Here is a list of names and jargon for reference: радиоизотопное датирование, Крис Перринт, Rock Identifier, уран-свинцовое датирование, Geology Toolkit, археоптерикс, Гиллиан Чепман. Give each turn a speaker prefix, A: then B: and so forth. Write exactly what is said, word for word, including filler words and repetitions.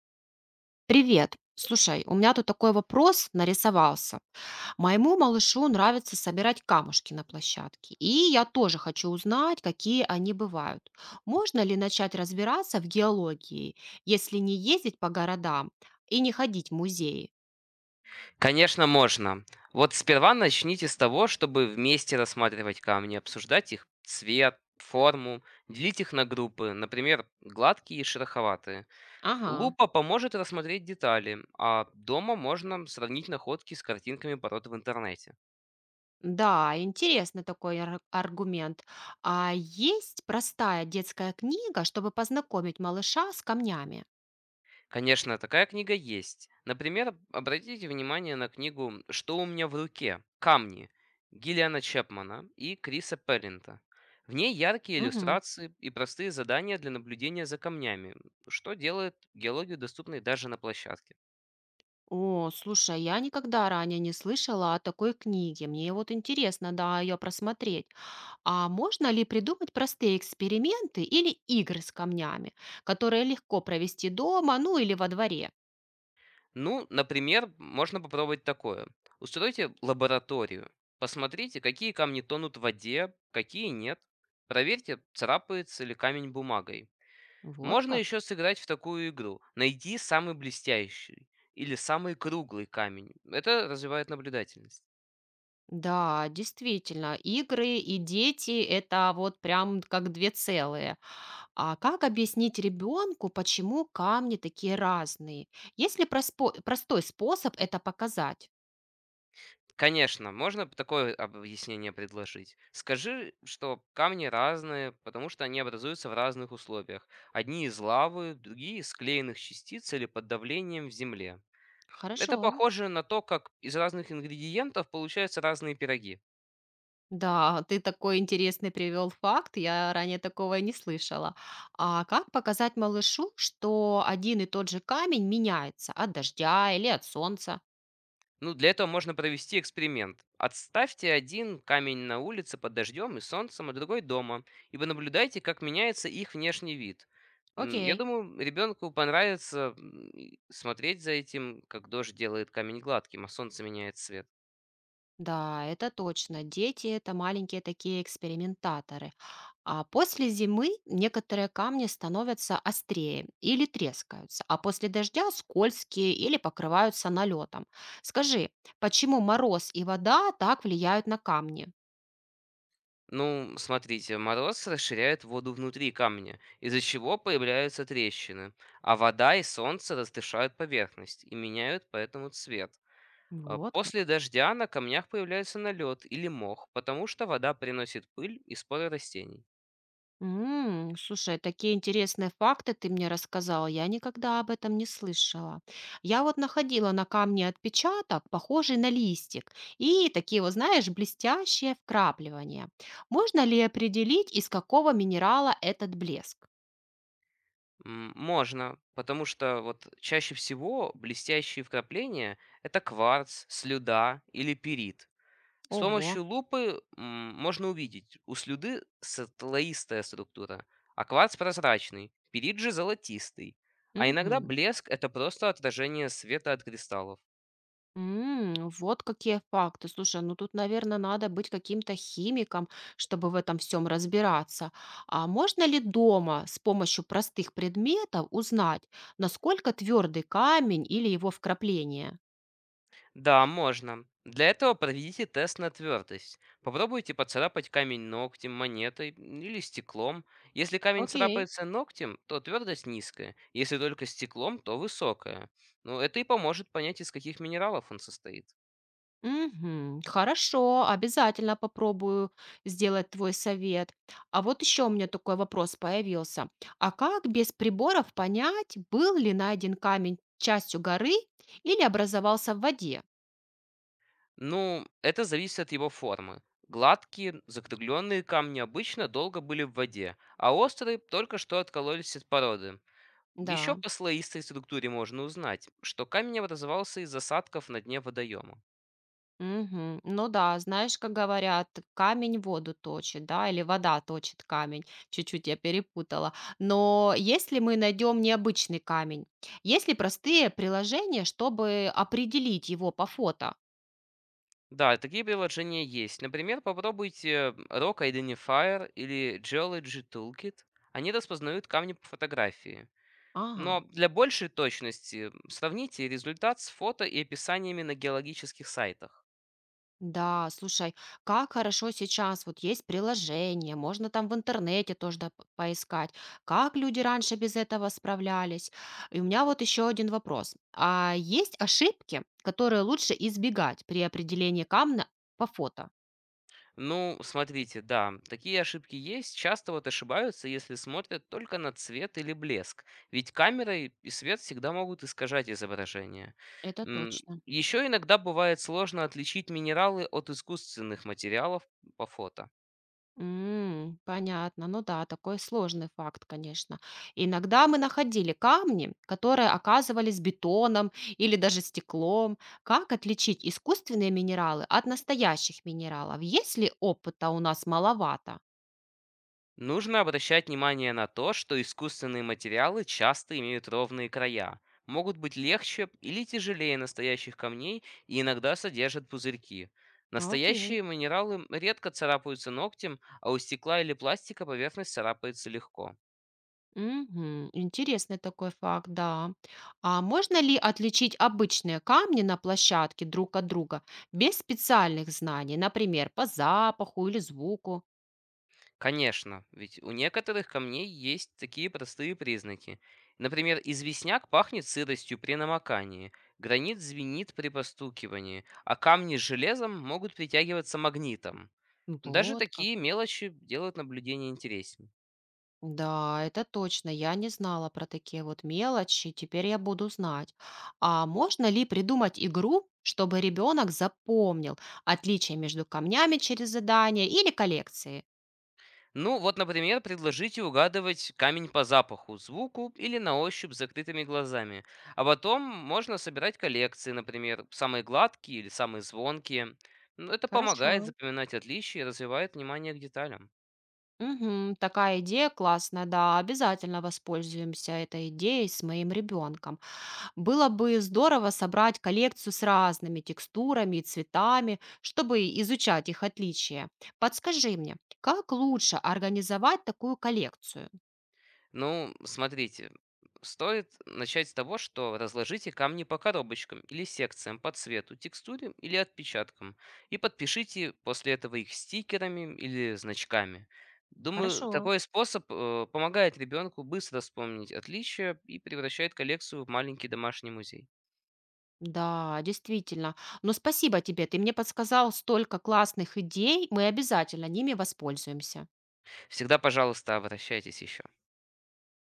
A: Привет. Слушай, у меня тут такой вопрос нарисовался. Моему малышу нравится собирать камушки на площадке, и я тоже хочу узнать, какие они бывают. Можно ли начать разбираться в геологии, если не ездить по городам и не ходить в музеи?
B: Конечно, можно. Вот сперва начните с того, чтобы вместе рассматривать камни, обсуждать их цвет, форму, делить их на группы, например, гладкие и шероховатые.
A: Ага.
B: Лупа поможет рассмотреть детали, а дома можно сравнить находки с картинками пород в интернете.
A: Да, интересный такой ар- аргумент. А есть простая детская книга, чтобы познакомить малыша с камнями?
B: Конечно, такая книга есть. Например, об- обратите внимание на книгу «Что у меня в руке?», «Камни» Гиллиана Чепмана и Криса Перринта. В ней яркие иллюстрации и простые задания для наблюдения за камнями, что делает геологию доступной даже на площадке.
A: О, слушай, а я никогда ранее не слышала о такой книге. Мне вот интересно, да, ее просмотреть. А можно ли придумать простые эксперименты или игры с камнями, которые легко провести дома, ну или во дворе?
B: Ну, например, можно попробовать такое. Устройте лабораторию. Посмотрите, какие камни тонут в воде, какие нет. Проверьте, царапается ли камень бумагой.
A: Вот
B: Можно
A: как.
B: еще сыграть в такую игру. Найди самый блестящий или самый круглый камень. Это развивает наблюдательность.
A: Да, действительно, игры и дети — это вот прям как две целые. А как объяснить ребенку, почему камни такие разные? Есть ли проспо- простой способ это показать?
B: Конечно, можно п- такое объяснение предложить. Скажи, что камни разные, потому что они образуются в разных условиях. Одни из лавы, другие из склеенных частиц или под давлением в земле.
A: Хорошо.
B: Это похоже на то, как из разных ингредиентов получаются разные пироги.
A: Да, ты такой интересный привел факт, я ранее такого не слышала. А как показать малышу, что один и тот же камень меняется от дождя или от солнца?
B: Ну, для этого можно провести эксперимент. Отставьте один камень на улице под дождем и солнцем, а другой дома, и вы наблюдайте, как меняется их внешний вид. М, Я
A: Окей.
B: думаю, ребенку понравится м, и смотреть за этим, как дождь делает камень гладким, а солнце меняет цвет.
A: Да, это точно. Дети — это маленькие такие экспериментаторы. А после зимы некоторые камни становятся острее или трескаются, а после дождя скользкие или покрываются налетом. Скажи, почему мороз и вода так влияют на камни?
B: Ну, смотрите, мороз расширяет воду внутри камня, из-за чего появляются трещины, а вода и солнце растышают поверхность и меняют поэтому цвет. А
A: Вот
B: после
A: как.
B: дождя на камнях появляется налет или мох, потому что вода приносит пыль и споры растений.
A: М, Слушай, такие интересные факты ты мне рассказала. Я никогда об этом не слышала. Я вот находила на камне отпечаток, похожий на листик, и такие вот, знаешь, блестящие вкрапливания. Можно ли определить, из какого минерала этот блеск?
B: М, Можно, потому что вот чаще всего блестящие вкрапления — это кварц, слюда или перит. С
A: Ого.
B: помощью лупы м, можно увидеть, у слюды слоистая структура, а кварц прозрачный, перит же золотистый. А иногда
A: Мгм.
B: блеск — это просто отражение света от кристаллов.
A: М, вот какие факты. Слушай, ну тут, наверное, надо быть каким-то химиком, чтобы в этом всем разбираться. А можно ли дома с помощью простых предметов узнать, насколько твердый камень или его вкрапление?
B: Да, можно. Для этого проведите тест на твердость. Попробуйте поцарапать камень ногтем, монетой или стеклом. Если камень
A: Окей.
B: царапается ногтем, то твердость низкая. Если только стеклом, то высокая. Ну, это и поможет понять, из каких минералов он состоит.
A: Мгм. Хорошо, обязательно попробую сделать твой совет. А вот еще у меня такой вопрос появился. А как без приборов понять, был ли найден камень частью горы или образовался в воде?
B: Ну, это зависит от его формы. Гладкие, закругленные камни обычно долго были в воде, а острые только что откололись от породы. Еще
A: Да.
B: по слоистой структуре можно узнать, что камень образовался из осадков на дне водоема.
A: Мгм. Ну да, знаешь, как говорят, камень воду точит, да, или вода точит камень. Чуть-чуть я перепутала. Но если мы найдем необычный камень, есть ли простые приложения, чтобы определить его по фото?
B: Да, такие приложения есть. Например, попробуйте Rock Identifier или Geology Toolkit. Они распознают камни по фотографии. Но
A: Ага.
B: для большей точности м, сравните результат с фото и описаниями на геологических сайтах.
A: Да, слушай, как хорошо сейчас, вот есть приложение, можно там в интернете тоже да, п- поискать, как люди раньше без этого справлялись. И у меня вот еще один вопрос. А есть ошибки, которые лучше избегать при определении камня по фото?
B: Ну, смотрите, да, такие ошибки есть. Часто вот ошибаются, если смотрят только на цвет или блеск. Ведь камера и и свет всегда могут искажать изображение.
A: Это точно.
B: Еще иногда бывает сложно отличить минералы от искусственных материалов по фото.
A: М, понятно. Ну да, такой сложный факт, конечно. Иногда мы находили камни, которые оказывались бетоном или даже стеклом. Как отличить искусственные минералы от настоящих минералов, если опыта у нас маловато?
B: Нужно обращать внимание на то, что искусственные материалы часто имеют ровные края, могут быть легче или тяжелее настоящих камней и иногда содержат пузырьки.
A: Окей.
B: Настоящие минералы редко царапаются ногтем, а у стекла или пластика поверхность царапается легко.
A: Мгм. Интересный такой факт, да. А можно ли отличить обычные камни на площадке друг от друга без специальных знаний, например, по запаху или звуку?
B: Конечно, ведь у некоторых камней есть такие простые признаки. Например, известняк пахнет сыростью при намокании, гранит звенит при постукивании, а камни с железом могут притягиваться магнитом. Даже
A: Вот.
B: такие мелочи делают наблюдение интереснее.
A: Да, это точно. Я не знала про такие вот мелочи. Теперь я буду знать. А можно ли придумать игру, чтобы ребенок запомнил отличие между камнями через задание или коллекции?
B: Ну, вот, например, предложите угадывать камень по запаху, звуку или на ощупь с закрытыми глазами. А потом можно собирать коллекции, например, самые гладкие или самые звонкие. Ну, это
A: Хорошо.
B: помогает запоминать отличия и развивает внимание к деталям.
A: Мгм, такая идея классная, да, обязательно воспользуемся этой идеей с моим ребенком. Было бы здорово собрать коллекцию с разными текстурами и цветами, чтобы изучать их отличия. Подскажи мне, как лучше организовать такую коллекцию?
B: Ну, смотрите, стоит начать с того, что разложите камни по коробочкам или секциям по цвету, текстуре или отпечаткам и подпишите после этого их стикерами или значками. Думаю,
A: Хорошо.
B: такой способ э, помогает ребенку быстро вспомнить отличия и превращает коллекцию в маленький домашний музей.
A: Да, действительно. Но спасибо тебе, ты мне подсказал столько классных идей, мы обязательно ними воспользуемся.
B: Всегда, пожалуйста, обращайтесь еще.